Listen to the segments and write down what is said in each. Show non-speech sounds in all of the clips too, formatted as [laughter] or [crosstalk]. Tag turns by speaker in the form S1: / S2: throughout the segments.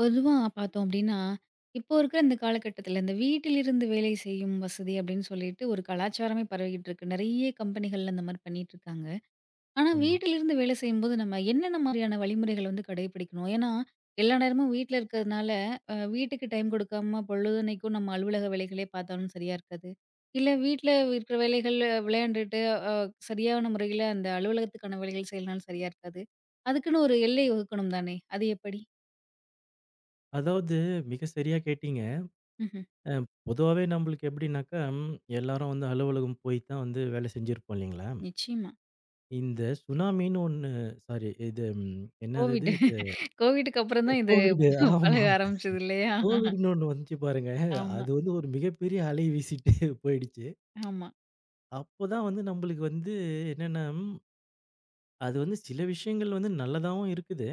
S1: பொதுவா பார்த்தோம் அப்டின்னா, இப்போ இருக்கிற இந்த காலகட்டத்தில இந்த வீட்டிலிருந்து வேலை செய்யும் வசதி அப்படின்னு சொல்லிட்டு ஒரு கலாச்சாரமே பரவிக்கிட்டு இருக்கு. நெறைய கம்பெனிகள்ல இந்த மாரி பண்ணிட்டுருக்காங்க. ஆனா
S2: ஆமா.
S1: வீட்டிலிருந்து வேலை செய்யும்போது நம்ம என்னென்ன மாரியான வழிமுறைகள வந்து கடைபிடிக்கணும்? ஏன்னா, எல்லா நேரமும் வீட்ல இருக்கிறதுனால, வீட்டுக்கு டைம் கொடுக்காம பொழுதன்னைக்கும் நம்ம அலுவலக வேலைகளே பார்த்தாலும் சரியா இருக்காது. இல்ல வீட்ல இருக்கிற வேலைகள் விளையாண்டுட்டு, அ சரியான முறையில அந்த அலுவலகத்துக்கான வேலைகள் செய்யலனாலும் சரியா இருக்காது. அதுக்குன்னு ஒரு எல்லை வகுக்கணும் தானே? அது எப்படி?
S2: அதாவது மிக சரியா கேட்டீங்க.
S1: ம்ஹ்ம்.
S2: பொதுவாவே நம்மளுக்கு எப்படின்னாக்கா, எல்லாரும் வந்து அலுவலகம் போய் தான் வந்து வேலை செஞ்சிருப்போம் இல்லைங்களா?
S1: நிச்சயமா.
S2: இந்த சுனாமின்னு ஒண்ணு சாரி இது என்னது
S1: கோவிட்
S2: இது
S1: கோவிட்க்கு அப்புறம் தான் இது
S2: கோவிட்.
S1: [laughs]
S2: ஆமா.
S1: பழக ஆரம்பிச்சது இல்லையா?
S2: கோவிட்ன்னு ஒண்ணு வந்துச்சு பாருங்க.
S1: ஆமா,
S2: அது வந்து ஒரு மிகப்பெரிய அலை வீசிட்டு [laughs] போயிடுச்சு.
S1: ஆமா.
S2: அப்போதான் வந்து நம்மளுக்கு வந்து என்னன்னா, அது வந்து சில விஷயங்கள் வந்து நல்லதாவும் இருக்குது.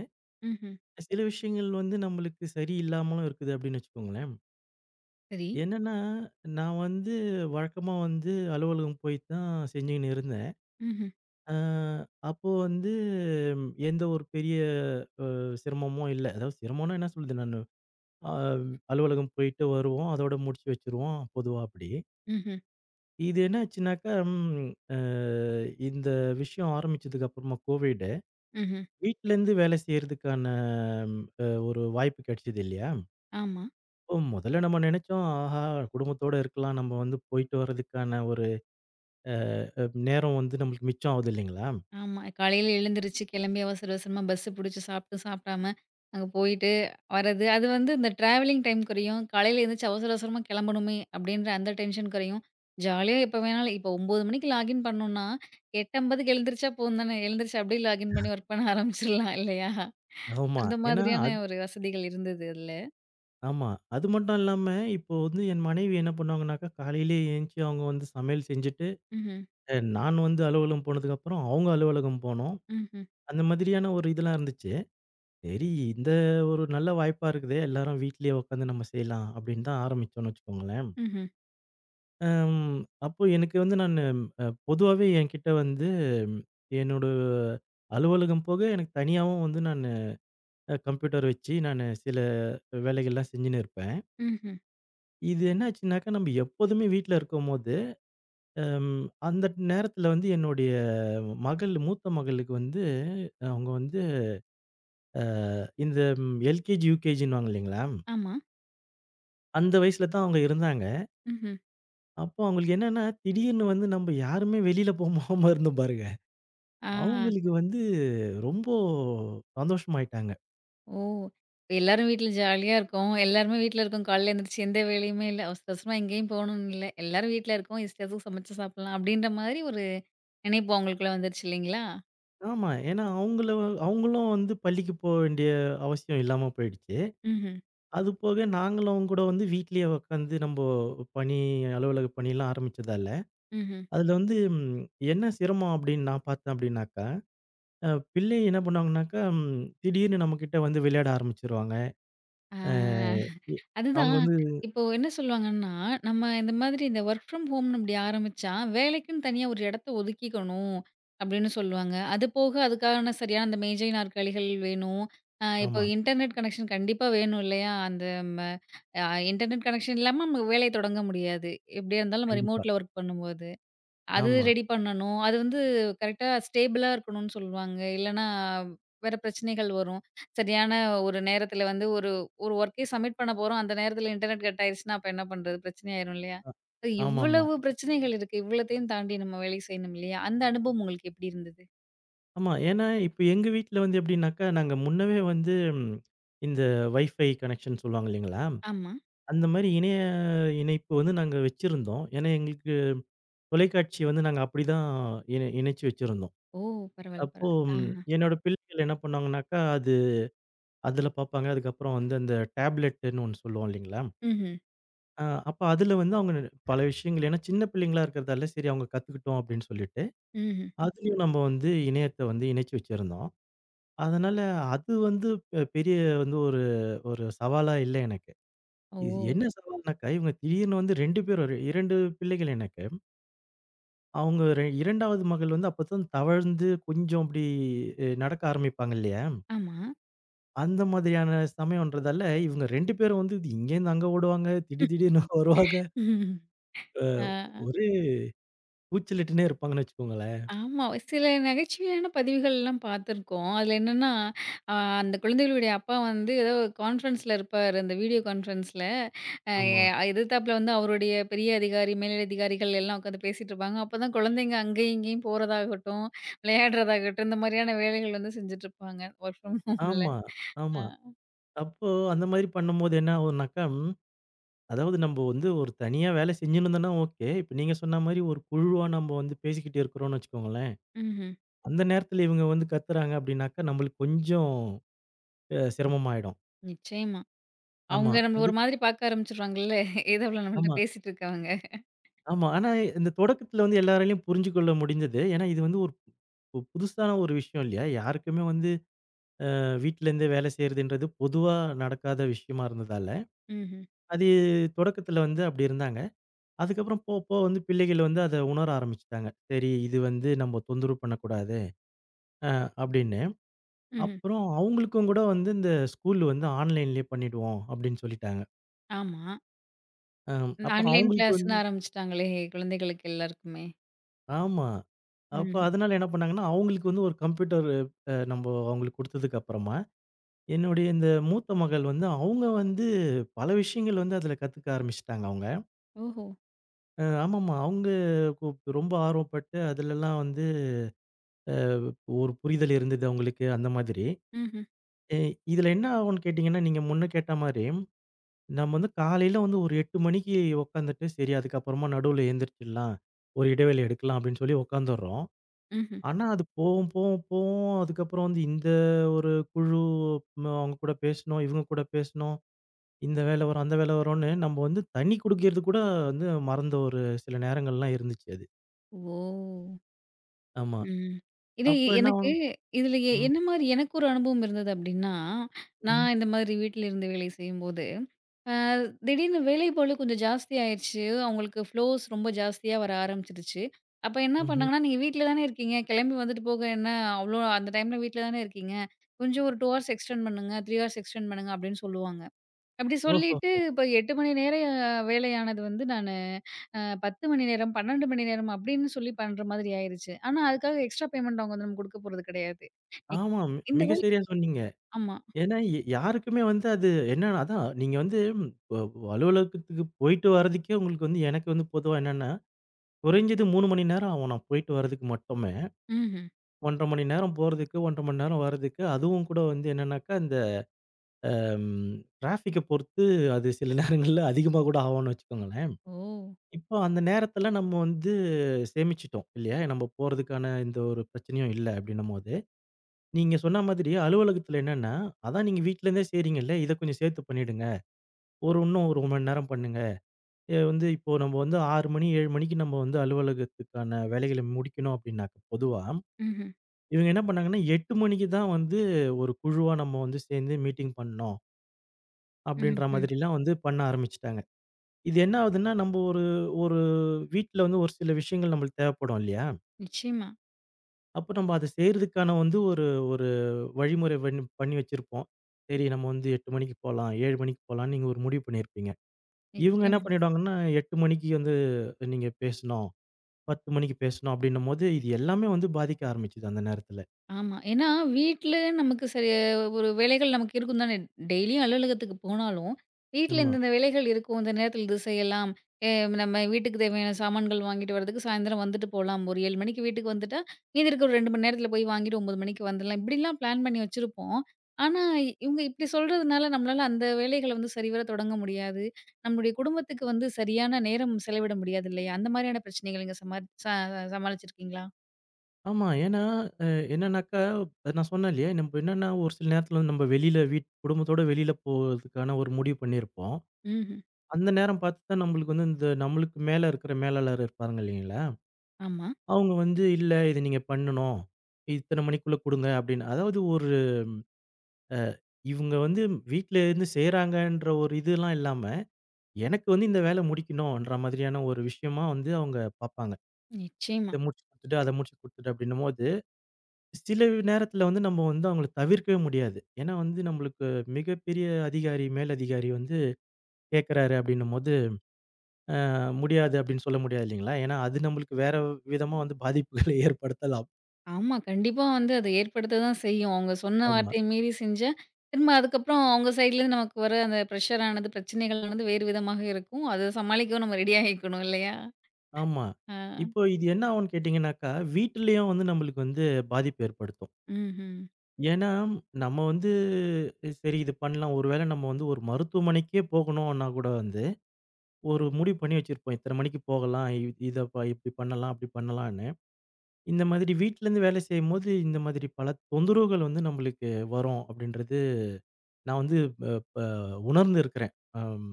S1: ம்ஹ்ம்.
S2: சில விஷயங்கள் வந்து நம்மளுக்கு சரியில்லாமலும் இருக்குது அப்படின்னு வச்சுக்கோங்களேன்.
S1: சரி.
S2: என்னன்னா, நான் வந்து வழக்கமா வந்து அலுவலகம் போய் தான் செஞ்சுகின்னு இருந்தேன்.
S1: ம்ஹ்ம்,
S2: அ அப்போ வந்து எந்த ஒரு பெரிய அ சிரமமும் இல்ல. அதாவது சிரமம்னா என்ன சொல்றது நானு, அ அலுவலகம் போயிட்டு வருவோம். அதோட முடிச்சு வச்சுருவோம் பொதுவா அப்படி.
S1: ம்ஹ்ம்,
S2: இது என்னாச்சுனாக்கா, ம் அ இந்த விஷயம் ஆரம்பிச்சதுக்கு அப்புறமா கோவிடு,
S1: ம்ஹ்ம்.
S2: வீட்லேருந்து வேலை செய்றதுக்கான ஒரு வாய்ப்பு கிடைச்சது இல்லையா?
S1: ஆமா,
S2: அப்போ முதல்ல நம்ம நெனச்சோம், ஆஹா! குடும்பத்தோட இருக்கலாம். நம்ம வந்து போயிட்டு வரதுக்கான ஒரு நேரம் வந்து நம்மளுக்கு மிச்சம் ஆவுது இல்லைங்களா? ஆமா.
S1: ஆமா. காலையில எழுந்திருச்சு கிளம்பி அவசர அவசரமா பஸ் புடிச்சு சாப்ட்டு, சாப்பிடாம அங்க போயிட்டு வர்றது. அது வந்து இந்த டிராவலிங் டைம் குறையும். காலையில எழுந்திரிச்சு அவசர அவசரமா கிளம்பணுமே அப்டின்ற அந்த டென்ஷன் குறையும். ஜாலியா எப்ப வேணாலும் இப்போ 9 மணிக்கு லாகின் பண்ணோம்னா, 8:50க்கு எழுந்திரிச்சா போதும் தானே. எழுந்திரிச்சு அப்டியே லாகின் பண்ணி ஒர்க் பண்ண ஆரம்பிச்சிடலாம் இல்லையா?
S2: ஆமா.
S1: அந்த
S2: ஏன்னா
S1: மாதிரியான
S2: அது
S1: ஒரு வசதிகள் இருந்தது அதுல.
S2: ஆமா. அது மட்டும் இல்லாம இப்போ வந்து என் மனைவி என்ன பண்ணுவாங்கனாக்கா, காலையிலேயே எந்திச்சு அவங்க வந்து சமையல் செஞ்சுட்டு,
S1: ம்ஹ்ம்.
S2: நான் வந்து அலுவலகம் போனதுக்கப்புறம் அவங்க அலுவலகம் போனோம்.
S1: ம்ஹ்ம்.
S2: அந்த மாதிரியான ஒரு இதெல்லாம் இருந்துச்சு. சரி, இந்த ஒரு நல்ல வாய்ப்பா இருக்குதே! எல்லாரும் வீட்லயே உட்காந்து நம்ம செய்யலாம் அப்படின்னு தான் ஆரம்பிச்சோம்னு வச்சுக்கோங்களேன்.
S1: ம்ஹ்ம்.
S2: அம் அப்போ எனக்கு வந்து நானு பொதுவாவே என்கிட்ட வந்து ம், என்னோட அலுவலகம் போக எனக்கு தனியாவும் வந்து நானு கம்ப்யூட்டர் வச்சு நானு சில வேலைகள்லாம் செஞ்சுன்னு இருப்பேன்.
S1: ம்ஹ்ம்.
S2: இது என்னாச்சுனாக்கா, நம்ம எப்போதுமே வீட்ல இருக்கும்போது, அம் அந்த நேரத்தில வந்து என்னுடைய மகள், மூத்த மகளுக்கு வந்து அவங்க வந்து அ இந்த எல்கேஜி, யூகேஜின்னுவாங்க இல்லைங்களா?
S1: ஆமா.
S2: அந்த வயசுல தான் அவங்க இருந்தாங்க.
S1: ம்ஹ்ம்.
S2: அப்போ அவங்களுக்கு என்னன்னா, திடீர்னு வந்து நம்ம யாருமே வெளியில போகாம இருந்தோம் பாருங்க.
S1: ஆ.
S2: அவங்களுக்கு வந்து ரொம்ப சந்தோஷமாயிட்டாங்க.
S1: ஓ! எல்லாரும் வீட்ல ஜாலியா இருக்கோம். எல்லாருமே வீட்ல இருக்கோம். காலையில எந்திரிச்சு எந்த வேலையுமே இல்ல. அவசர அவசரமா எங்கேயும் போகணும்னு இல்ல. எல்லாரும் வீட்ல இருக்கோம். இஷ்டத்துக்கு சமைச்சு சாப்பிடலாம். அப்படின்ற மாதிரி ஒரு நினைப்பு அவங்களுக்குள்ள வந்துருச்சு இல்லைங்களா?
S2: ஆமா. ஏன்னா அவங்களும் வந்து பள்ளிக்கு போ வேண்டிய அவசியம் இல்லாம போயிடுச்சு.
S1: ம்ஹ்ம்.
S2: அது போக நாங்களும் அவங்க கூட வந்து வீட்லயே உட்காந்து நம்போ பணி, அலுவலக பணிலாம் ஆரம்பிச்சதால,
S1: ம்ஹ்ம்.
S2: அதுல வந்து என்ன சிரமம் அப்படின்னு நான் பார்த்தேன் அப்படின்னாக்கா, அ பிள்ளை என்ன பண்ணுவாங்கனாக்கா, திடீர்னு நம்மகிட்ட வந்து விளையாட ஆரம்பிச்சுருவாங்க. அ
S1: ஆ
S2: எ அவங்க
S1: அதுதான்.
S2: வந்து
S1: இப்போ என்ன சொல்லுவாங்கன்னா, நம்ம இந்த மாதிரி இந்த வொர்க் ஃப்ரம் ஹோம்னு இப்படி ஆரம்பிச்சா, வேலைக்குன்னு தனியா ஒரு இடத்த ஒதுக்கிக்கணும் அப்படின்னு சொல்லுவாங்க. அது போக அதுக்கான சரியான அந்த மேஜை, நாற்காலிகள் வேணும். இப்போ
S2: ஆமா,
S1: இன்டர்நெட் கனெக்ஷன் கண்டிப்பா வேணும் இல்லையா? அந்த ம அ இன்டர்நெட் கனெக்ஷன் இல்லாம நம்ம வேலைய தொடங்க முடியாது. எப்படியா இருந்தாலும் நம்ம
S2: கண்டிப்பா.
S1: ரிமோட்ல ஒர்க் பண்ணும்போது. அது
S2: ஆமா.
S1: ரெடி பண்ணணும். அது வந்து கரெக்ட்டா ஸ்டேபிளா இருக்கணும்னு சொல்லுவாங்க. இல்லன்னா வேற பிரச்சனைகள் வரும். சரியான ஒரு நேரத்தில வந்து ஒரு ஒரு வொர்க்கே சப்மிட் பண்ண போறோம். அந்த நேரத்தில இன்டர்நெட் கட் ஆயிருச்சுன்னா, அப்ப என்ன பண்றது? பிரச்சனை ஆயிரும் இல்லையா? அது
S2: ஆமாமா. ஆமா.
S1: இவ்வளவு பிரச்சனைகள் இருக்கு. இவ்வளத்தையும் தாண்டி நம்ம வேலை செய்யணும் இல்லையா? அந்த அனுபவம் உங்களுக்கு எப்படி இருந்தது?
S2: ஆமா, ஏன்னா இப்ப எங்க வீட்ல வந்து எப்படின்னாக்கா, நாங்க முன்னவே வந்து ம் இந்த வைஃபை கனெக்ஷன் சொல்லுவாங்க இல்லைங்களா?
S1: ஆமா.
S2: அந்த மாரி இணைய இணைப்பு வந்து நாங்க வச்சிருந்தோம். ஏன்னா எங்களுக்கு தொலைக்காட்சிய வந்து நாங்க அப்படிதான் இணைச்சு வச்சிருந்தோம்.
S1: ஓ! பரவால்ல,
S2: அப்போ
S1: பரவால்ல. ஆஹ.
S2: என்னோட பிள்ளைகள் என்ன பண்ணாங்கனாக்கா, அதில பார்ப்பாங்க. அதுக்கப்புறம் வந்து அந்த டேப்லெட்டுன்னு ஒண்ணு சொல்லுவோம் இல்லைங்களா?
S1: ம்ஹ்ம்.
S2: அ அப்ப அதில வந்து அவங்க பல விஷயங்கள், ஏன்னா சின்ன பிள்ளைங்களா இருக்கிறதால, சரி அவங்க கத்துக்கிட்டோம் அப்படின்னு சொல்லிட்டு,
S1: ம்ஹ்ம்.
S2: அதுலயும் நம்ம வந்து இணையத்த வந்து இணைச்சு வச்சிருந்தோம். அதனால அது வந்து பெரிய வந்து ஒரு ஒரு சவாலா இல்ல எனக்கு.
S1: ஓ!
S2: இது என்ன சவால்னாக்கா, இவங்க திடீர்னு வந்து 2 பேரும், 2 பிள்ளைகள் எனக்கு. அவங்க 2வது மகள் வந்து அப்பதான் தவழ்ந்து கொஞ்சம் அப்படி நடக்க ஆரம்பிப்பாங்க இல்லையா?
S1: ஆமா.
S2: அந்த மாதிரியான சமயம்ன்றதால, இவங்க 2 பேரும் வந்து இது இங்கேருந்து அங்க ஓடுவாங்க. திடீர் திடீர்னு [laughs] வருவாங்க.
S1: [laughs] ஆ.
S2: ஒரே கூச்சலிட்டுன்னே இருப்பாங்கன்னு வச்சுக்கோங்களேன்.
S1: ஆமா. சில நகைச்சுவையான பதிவுகள்லாம் பார்த்துருக்கோம். அதுல என்னன்னா, அ அந்த குழந்தைகளுடைய அப்பா வந்து ஏதோ கான்ஃபரன்ஸ்ல இருப்பாரு. அந்த வீடியோ கான்ஃபரன்ஸ்ல. அ
S2: ஆமா.
S1: எதிர்த்தாப்புல வந்து அவருடைய பெரிய அதிகாரி, மேலதிகாரிகள் எல்லாம் உட்காந்து பேசிட்டுருப்பாங்க. அப்பதான் குழந்தைங்க அங்கேயும் இங்கேயும் போறதாகட்டும், விளையாடுறதாகட்டும், இந்த மாதிரியான வேலைகள் வந்து செஞ்சுட்டுருப்பாங்க. ஒர்க் ஃப்ரம் ஹோம்ல.
S2: ஆமா,
S1: அ.
S2: ஆமா. அப்போ அந்த மாதிரி பண்ணும்போது என்ன ஆகும்னாக்கா, அதாவது நம்ப வந்து ஒரு தனியா வேலை செஞ்சுன்னு இருந்தோம்னா ஓகே. இப்ப நீங்க சொன்ன மாரி ஒரு குழுவா நம்ம வந்து பேசிக்கிட்டு இருக்கிறோம்னு வச்சுக்கோங்களேன்.
S1: ம்ஹ்ம்.
S2: அந்த நேரத்துல இவங்க வந்து கத்துறாங்க அப்படின்னாக்கா, நம்மளுக்கு கொஞ்சம் சிரமமாயிடும்.
S1: நிச்சயமா.
S2: ஆமா.
S1: அவங்க நம்மள
S2: அது
S1: ஒரு மாதிரி பார்க்க ஆரம்பிச்சுருவாங்கல்ல. ஏதோ அவள நம்மள்ட்ட
S2: ஆமா.
S1: பேசிட்டு இருக்கவங்க.
S2: ஆமா. ஆனா, இந்த தொடக்கத்துல வந்து எல்லாராலயும் புரிஞ்சு கொள்ள முடிஞ்சது. ஏன்னா, இது வந்து ஒரு புதுசான ஒரு விஷயம் இல்லையா? யாருக்குமே வந்து வீட்ல இருந்தே வேலை செய்றதுன்றது பொதுவா நடக்காத விஷயமா இருந்ததால,
S1: ம்ஹ்ம்.
S2: அது தொடக்கத்துல வந்து அப்படி இருந்தாங்க. அதுக்கப்புறம் போக, போக வந்து பிள்ளைகள் வந்து அத உணர ஆரம்பிச்சுட்டாங்க. சரி இது வந்து நம்ம தொந்தரவு பண்ணக்கூடாது அ அப்படின்னு.
S1: ம்ஹ்ம்.
S2: அப்புறம் அவங்களுக்கும் கூட வந்து இந்த ஸ்கூல் வந்து ஆன்லைன்லயே பண்ணிடுவோம் அப்படின்னு சொல்லிட்டாங்க.
S1: ஆமா.
S2: அ
S1: இந்த
S2: அப்ப
S1: ஆன்லைன்
S2: அவங்களுக்கு
S1: கிளாஸ்ன்னு
S2: வந்து
S1: ஆரம்பிச்சுட்டாங்களே! குழந்தைகளுக்கு எல்லாருக்குமே.
S2: ஆமா. அப்ப
S1: ம்.
S2: அதனால என்ன பண்ணாங்கன்னா, அவங்களுக்கு வந்து ஒரு கம்ப்யூட்டர் நம்ப அவங்களுக்கு குடுத்ததுக்கு அப்புறமா, என்னுடைய இந்த மூத்த மகள் வந்து அவங்க வந்து பல விஷயங்கள் வந்து அதில கத்துக்க ஆரம்பிச்சுட்டாங்க அவங்க.
S1: ஓஹோ!
S2: ஆமாமா. அவங்க கு ரொம்ப ஆர்வப்பட்டு அதிலலாம் வந்து அ ஒரு புரிதல் இருந்தது அவங்களுக்கு அந்த மாதிரி.
S1: ம்ஹ்ம்,
S2: எ இதில என்ன ஆகும்ன்னு கேட்டீங்கன்னா, நீங்க முன்ன கேட்ட மாரி, நம்ம வந்து காலையில வந்து ஒரு 8 மணிக்கு உட்காந்துட்டு, சரி அதுக்கப்புறமா நடுவுல எந்திரிச்சிடலாம். ஒரு இடைவேளை எடுக்கலாம் அப்படின்னு சொல்லி உட்காந்துர்றோம்.
S1: ம்ஹ்ம்.
S2: ஆனா, அது போவும், போவும், போவும் அதுக்கப்புறம் வந்து இந்த ஒரு குழு அவங்க கூட பேசணும், இவங்க கூட பேசணும். இந்த வேலை வரும், அந்த வேலை வரும்ன்னு நம்ம வந்து தண்ணி குடிக்கிறது கூட வந்து மறந்த ஒரு சில நேரங்கள்லாம் இருந்துச்சு அது.
S1: ஓ!
S2: ஆமா.
S1: ம். இது
S2: அப்ப என்ன
S1: எனக்கு
S2: ஆகும்
S1: இதில
S2: ம்,
S1: என்ன மாரி எனக்கு ஒரு அனுபவம் இருந்தது அப்டின்னா,
S2: ம்,
S1: நான் இந்த மாதிரி வீட்ல இருந்து வேலை செய்யும்போது, அ திடீர்னு வேலைப்பளு கொஞ்சம் ஜாஸ்தி ஆயிருச்சு. அவங்களுக்கு ஃப்ளோஸ் ரொம்ப ஜாஸ்தியா வர ஆரம்பிச்சுருச்சு. அப்ப என்ன
S2: ம்ஹ்ம்.
S1: பண்ணாங்கன்னா, "நீங்க வீட்ல தானே இருக்கீங்க. கிளம்பி வந்துட்டு போக என்ன அவ்ளோ அந்த டைம்ல வீட்ல தானே இருக்கீங்க. கொஞ்சம் ஒரு 2 ஹார்ஸ் எக்ஸ்டெண்ட் பண்ணுங்க. 3 ஹார்ஸ் எக்ஸ்டெண்ட் பண்ணுங்க" அப்டின்னு சொல்லுவாங்க. அப்படி சொல்லிட்டு
S2: ஓஹோஹோ!
S1: இப்ப 8 மணி நேர வேலையானது வந்து நானு அ 10 மணி நேரம், 12 மணி நேரம் அப்படின்னு சொல்லி பண்ற மாதிரி ஆயிருச்சு. ஆனா அதுக்காக எக்ஸ்ட்ரா பேமெண்ட் அவங்க வந்து நமக்கு குடுக்க போறது கிடையாது. இ
S2: ஆமா.
S1: இந்த
S2: மிக
S1: வேலை
S2: சரியா சொன்னீங்க.
S1: ஆமா.
S2: ஏன்னா, யாருக்குமே வந்து அது என்னன்னா அதான் நீங்க வந்து ம், வ அலுவலகத்துக்கு போயிட்டு வர்றதுக்கே உங்களுக்கு வந்து எனக்கு வந்து பொதுவா என்னன்னா, குறைஞ்சது 3 மணி நேரம் ஆகும் நான் போயிட்டு வர்றதுக்கு மட்டுமே.
S1: ம்ஹ்ம்.
S2: 1 1/2 மணி நேரம் போறதுக்கு, 1 1/2 மணி நேரம் வர்றதுக்கு, அதுவும் கூட வந்து என்னன்னாக்கா, இந்த ம் டிராஃபிக்க பொறுத்து அது சில [laughs] நேரங்கள்ல அதிகமா கூட ஆகும்னு வச்சுக்கோங்களேன்.
S1: ஓ!
S2: இப்போ அந்த நேரத்துல நம்ம வந்து சேமிச்சுட்டோம் இல்லையா? நம்ம போறதுக்கான எந்த ஒரு பிரச்சனையும் இல்ல அப்படின்னும்போது, நீங்க சொன்ன மாதிரி அலுவலகத்துல என்னன்னா, அதான் நீங்க வீட்ல இருந்தே செய்றீங்கல்ல, இத கொஞ்சம் சேர்த்து பண்ணிடுங்க. ஒரு இன்னும் 1 மணி நேரம் பண்ணுங்க. வந்து இப்போ நம்ம வந்து 6 மணி, 7 மணிக்கு நம்ம வந்து அலுவலகத்துக்கான வேலைகள முடிக்கணும் அப்படின்னாக்க பொதுவா
S1: ம்ஹ்ம்.
S2: இவங்க என்ன பண்ணாங்கன்னா, 8 மணிக்கு தான் வந்து ஒரு குழுவா நம்ம வந்து சேர்ந்து மீட்டிங் பண்ணணும். அப்படின்ற
S1: ம்ஹ்ம்.
S2: மாதிரிலாம் வந்து பண்ண ஆரம்பிச்சுட்டாங்க. இது என்ன ஆகுதுன்னா, நம்ப ஒரு ஒரு வீட்ல வந்து ஒரு சில விஷயங்கள் நம்மளுக்கு தேவைப்படும் இல்லையா?
S1: நிச்சயமா,
S2: அப்ப நம்ம அத செய்றதுக்கான வந்து ஒரு ஒரு வழிமுறை பண்ணி பண்ணி வச்சிருப்போம். சரி நம்ம வந்து 8 மணிக்கு போலாம், 7 மணிக்கு போலாம்ன்னு நீங்க ஒரு முடிவு பண்ணியிருப்பீங்க. இவங்க என்ன
S1: நிச்சயமா.
S2: பண்ணிடுவாங்கன்னா, 8 மணிக்கு வந்து நீங்க பேசணும், 10 மணிக்கு பேசணும் அப்படின்னும்போது, இது எல்லாமே வந்து பாதிக்க ஆரம்பிச்சுது அந்த நேரத்துல.
S1: ஆமா. ஏன்னா வீட்ல நமக்கு சரி ஒரு வேலைகள் நமக்கு இருக்கும் தானே. டெய்லியும் அலுவலகத்துக்கு போனாலும், வீட்ல
S2: ஆமா.
S1: இந்தந்த வேலைகள் இருக்கும். இந்த நேரத்தில இது செய்யலாம். எ நம்ம வீட்டுக்கு தேவையான சாமான்கள் வாங்கிட்டு வரதுக்கு சாயந்தரம் வந்துட்டு போலாம். ஒரு 7 மணிக்கு வீட்டுக்கு வந்துட்டா, மீதி இருக்க ஒரு 2 மணி நேரத்தில போய் வாங்கிட்டு 9 மணிக்கு வந்துடலாம். இப்படிலாம் பிளான் பண்ணி வச்சிருப்போம். ஆனா இவங்க இப்படி சொல்றதுனால நம்மளால அந்த வேலைகள வந்து சரிவர தொடங்க முடியாது. நம்முடைய குடும்பத்துக்கு வந்து சரியான நேரம் செலவிட முடியாது இல்லையா? அந்த மாதிரியான பிரச்சனைகள் நீங்க சமாளிச்சிருக்கீங்களா?
S2: ஆமா. ஏன்னா, அ என்னன்னாக்கா, நான் சொன்னேன் இல்லையா? நம்ப என்னன்னா, ஒரு சில நேரத்துல வந்து நம்ப வெளியில குடும்பத்தோட வெளியில போறதுக்கான ஒரு முடிவு பண்ணியிருப்போம்.
S1: ம்ஹ்ம்.
S2: அந்த நேரம் பாத்து தான் நம்பளுக்கு வந்து இந்த நம்மளுக்கு மேல இருக்கிற மேலாளர் இருப்பாங்க இல்லைங்களா?
S1: ஆமா.
S2: அவங்க வந்து, "இல்ல, இத நீங்க பண்ணணும். இத்தன மணிக்குள்ள குடுங்க" அப்படின்னு. அதாவது ஒரு அ இவங்க வந்து வீட்ல இருந்து செய்றாங்கன்ற ஒரு இதெல்லாம் இல்லாம, எனக்கு வந்து இந்த வேல முடிக்கணுன்ற மாதிரியான ஒரு விஷயமா வந்து அவங்க பாப்பாங்க.
S1: நிச்சயமா.
S2: "இத முடிச்சு குடுத்துடு, அத முடிச்சு குடுத்துடு" அப்படின்னும்போது சில நேரத்துல வந்து நம்ம வந்து அவங்கள தவிர்க்கவே முடியாது. ஏன்னா வந்து நம்மளுக்கு மிகப்பெரிய அதிகாரி, மேலதிகாரி வந்து கேட்கறாரு அப்படின்னும்போது, முடியாது அப்படின்னு சொல்ல முடியாது இல்லைங்களா? ஏன்னா அது நம்மளுக்கு வேற விதமா வந்து பாதிப்புகளை [laughs] ஏற்படுத்தலாம்.
S1: ஆமா. கண்டிப்பா வந்து அது ஏற்படுத்த தான் செய்யும். அவங்க சொன்ன
S2: ஆமா,
S1: வார்த்தைய மீறி செஞ்சா, திரும்ப அதுக்கப்புறம் அவங்க சைட்லருந்து நமக்கு வர அந்த பிரஷரானது, பிரச்சனைகளானது வேறு விதமாக இருக்கும். அத சமாளிக்கவும் நம்ம ரெடி ஆகிக்கணும் இல்லையா?
S2: ஆமா.
S1: ஆ.
S2: இப்போ இது என்ன ஆகும்னு கேட்டீங்கன்னாக்கா, வீட்டிலயும் வந்து நம்மளுக்கு வந்து பாதிப்பு ஏற்படுத்தும்.
S1: ம்ஹ்ம்.
S2: ஏன்னா நம்ம வந்து சரி இது பண்ணலாம். ஒருவேளை நம்ம வந்து ஒரு மருத்துவமனைக்கே போகணும்னா கூட வந்து, ஒரு முடிவு பண்ணி வச்சிருப்போம். இத்தனை மணிக்கு போகலாம். இத இப்படி பண்ணலாம், அப்படி பண்ணலாம்ன்னு. இந்த மாதிரி வீட்லருந்து வேலை செய்யும்போது, இந்த மாதிரி பல தொந்தரவுகள் வந்து நம்மளுக்கு வரும் அப்படின்றது, நான் வந்து அ ப உணர்ந்து இருக்கிறேன். அம்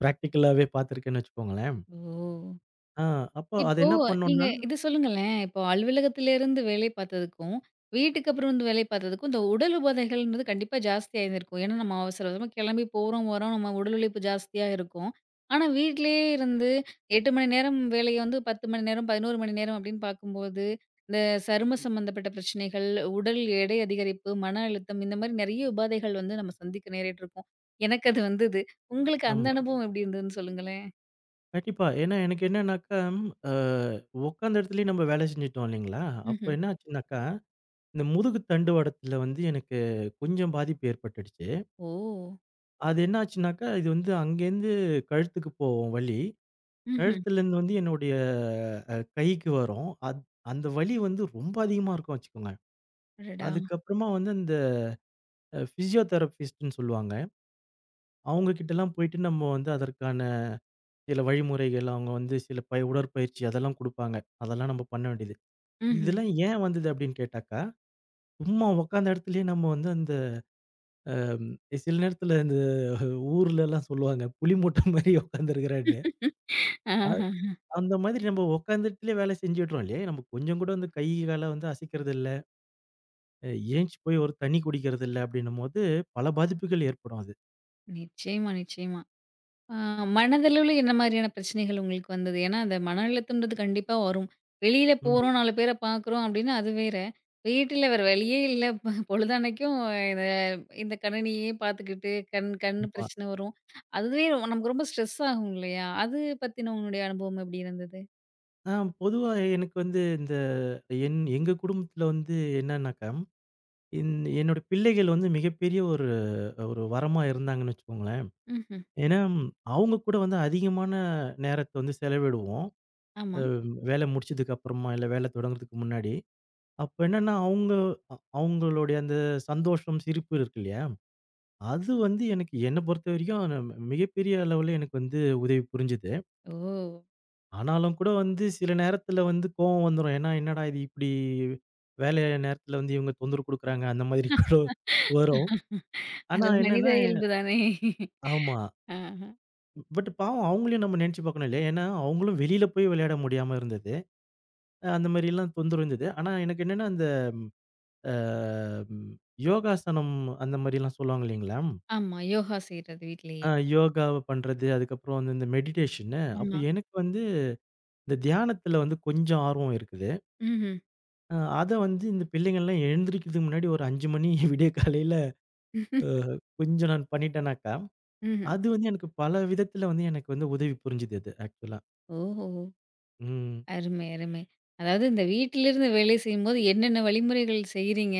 S2: பிராக்டிகலாவே பார்த்துருக்கேன்னு வச்சுக்கோங்களேன்.
S1: ஓ!
S2: ஆ அப்போ அது
S1: இப்போ
S2: என்ன
S1: நீங்க
S2: பண்ணோம்னா
S1: இது சொல்லுங்களேன். இப்போ அலுவலகத்திலேருந்து வேலை பார்த்ததுக்கும், வீட்டுக்கு அப்புறம் வந்து வேலை பார்த்ததுக்கும், இந்த உடல் உபாதைகள்ன்றது கண்டிப்பா ஜாஸ்தியாயிருந்திருக்கும். ஏன்னா, நம்ம அவசர அவசரமா கிளம்பி போறோம், வரோம். நம்ம உடல் உழைப்பு ஜாஸ்தியா இருக்கும். ஆனா, வீட்லயே இருந்து 8 மணி நேரம் வேலைய வந்து 10 மணி நேரம், 11 மணி நேரம் அப்படின்னு பார்க்கும்போது, இந்த சரும சம்பந்தப்பட்ட பிரச்சனைகள், உடல் எடை அதிகரிப்பு, மன அழுத்தம் இந்த மாரி நெறைய உபாதைகள் வந்து நம்ம சந்திக்க நேரிட்டுருக்கும். எனக்கு அது வந்தது. உங்களுக்கு அந்த
S2: ஆமா.
S1: அனுபவம் எப்படி இருந்ததுன்னு சொல்லுங்களேன்?
S2: கண்டிப்பா. ஏன்னா எனக்கு என்னன்னாக்கா, அ உட்காந்த இடத்துலயே நம்ம வேலை செஞ்சுட்டோம் இல்லைங்களா? அப்போ
S1: ம்ஹ்ம்.
S2: என்ன ஆச்சுனாக்கா, இந்த முதுகு தண்டுவடத்துல வந்து எனக்கு கொஞ்சம் பாதிப்பு ஏற்பட்டுடுச்சு.
S1: ஓ!
S2: அது என்ன ஆச்சுனாக்கா, இது வந்து அங்கேருந்து கழுத்துக்கு போகும் வலி.
S1: ம்ஹ்ம்.
S2: கழுத்துலேருந்து வந்து என்னுடைய கைக்கு வரும். அந்த வலி வந்து ரொம்ப அதிகமா இருக்கும் வச்சுக்கோங்க.
S1: அடடா!
S2: அதுக்கப்புறமா வந்து அந்த பிசியோதெரபிஸ்ட்ன்னு சொல்லுவாங்க. அவங்க கிட்டலாம் போயிட்டு நம்ம வந்து அதற்கான சில வழிமுறைகள், அவங்க வந்து சில உடற்பயிற்சி அதெல்லாம் குடுப்பாங்க. அதெல்லாம் நம்ம பண்ண வேண்டியது.
S1: ம்ஹ்ம்.
S2: இதெல்லாம் ஏன் வந்தது அப்படின்னு கேட்டாக்கா, சும்மா உட்காந்த இடத்துலயே நம்ம வந்து அந்த சில நேரத்தில இந்த ஊர்லலாம் சொல்லுவாங்க, புலி மூட்டை மாரி உட்காந்துருக்கிறான்னு. அ
S1: ஆஹஹ.
S2: அந்த மாதிரி நம்ம உட்காந்த இடத்துலயே வேலை செஞ்சுடுறோம் இல்லையா? நம்ம கொஞ்சம் கூட வந்து கை, கால வந்து அசைக்கிறது இல்ல. அ ஏஞ்ச்சு போய் ஒரு தண்ணி குடிக்கிறது இல்ல அப்படின்னும்போது, பல பாதிப்புகள் ஏற்படும் அது.
S1: நிச்சயமா, நிச்சயமா. ஆ மனதளவுல என்ன மாதிரியான பிரச்சனைகள் உங்களுக்கு வந்தது? ஏன்னா, அந்த மன அழுத்தம்ன்றது கண்டிப்பா வரும். வெளியில
S2: ம்.
S1: போறோம், 4 பேர பார்க்குறோம் அப்டின்னா அது வேற. வீட்ல வேற வழியே இல்ல. பொழுதன்னைக்கும் இந்த இந்த கணினியே பார்த்துக்கிட்டு கண் கண்
S2: ஆமா.
S1: பிரச்சனை வரும். அதுவே நமக்கு ரொம்ப ஸ்ட்ரெஸ் ஆகும் இல்லையா? அது பத்தின உங்களுடைய அனுபவம் எப்டி இருந்தது?
S2: ஆ பொதுவா எனக்கு வந்து இந்த எங்க குடும்பத்தில வந்து என்னன்னாக்கா, என் என்னோட பிள்ளைகள் வந்து மிகப்பெரிய ஒரு ஒரு வரமா இருந்தாங்கன்னு வச்சுக்கோங்களேன்.
S1: ம்ஹ்ம்.
S2: ஏன்னா, அவங்க கூட வந்து அதிகமான நேரத்த வந்து செலவிடுவோம்.
S1: ஆமா.
S2: அ வேலை முடிச்சதுக்கு அப்புறமா, இல்ல வேலை தொடங்குறதுக்கு முன்னாடி. அப்ப என்னன்னா அவங்க அவங்களுடைய அந்த சந்தோஷம், சிரிப்பு இருக்கு இல்லையா? அது வந்து எனக்கு என்ன பொறுத்தவரைக்கும் மிகப்பெரிய அளவுல எனக்கு வந்து உதவி புரிஞ்சது.
S1: ஓ!
S2: ஆனாலும் கூட வந்து சில நேரத்துல வந்து கோவம் வந்துரும். ஏன்னா, என்னடா இது இப்படி வேலை நேரத்துல வந்து இவங்க தொந்தரவு குடுக்குறாங்க. அந்த மாதிரி [laughs] கூட வரும்.
S1: அது
S2: ஆனா
S1: மனித
S2: என்னன்னா
S1: இயல்பு தானே.
S2: ஆமா.
S1: ஆஹ.
S2: பட் பாவம் அவங்களையும் நம்ம நெனச்சு பாக்கணும் இல்லையா? ஏன்னா, அவங்களும் வெளியில போய் விளையாட முடியாம இருந்தது. அந்த மாரிலாம் தொந்தரவு இருந்தது. ஆனா எனக்கு என்னன்னா அந்த அ ம் யோகாசனம் அந்த மாரிலாம் சொல்லுவாங்க இல்லைங்களா?
S1: ஆமா. யோகா செய்றது வீட்லயே.
S2: அ யோகாவ பண்றது, அதுக்கப்புறம் வந்து இந்த மெடிடேஷன்னு அப்ப
S1: ஆமா.
S2: எனக்கு வந்து இந்த தியானத்துல வந்து கொஞ்சம் ஆர்வம் இருக்குது.
S1: ம்ஹ்ம்.
S2: அத வந்து இந்த பிள்ளைங்கள்லாம் எழுந்திரிக்கிறதுக்கு முன்னாடி ஒரு 5 மணி [laughs] விடிய காலையில
S1: ம்ஹ்ம்.
S2: அ கொஞ்சம் நான் பண்ணிட்டேனாக்கா,
S1: ம்ஹ்ம்.
S2: அது வந்து எனக்கு பல விதத்தில வந்து எனக்கு வந்து உதவி புரிஞ்சுது அது ஆக்சுவலா.
S1: ஓஹோ!
S2: ம்
S1: அருமை, அருமை. அதாவது இந்த வீட்டிலிருந்து வேலை செய்யும்போது என்னென்ன வழிமுறைகள் செய்றீங்க?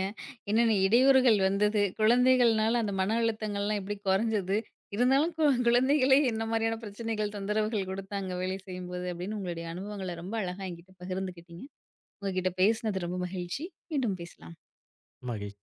S1: என்னென்ன இடையூறுகள் வந்தது? குழந்தைகள்னால அந்த மன அழுத்தங்கள்லாம் எப்படி குறைஞ்சது? இருந்தாலும் குழந்தைகளே என்ன மாரியான பிரச்சனைகள், தொந்தரவுகள் குடுத்தாங்க வேலை செய்யும்போது? அப்படின்னு உங்களுடைய அனுபவங்கள ரொம்ப அழகா என்கிட்ட பகிர்ந்துக்கிட்டீங்க. உங்ககிட்ட பேசினது ரொம்ப மகிழ்ச்சி. மீண்டும் பேசலாம்.
S2: மகிழ்ச்சி.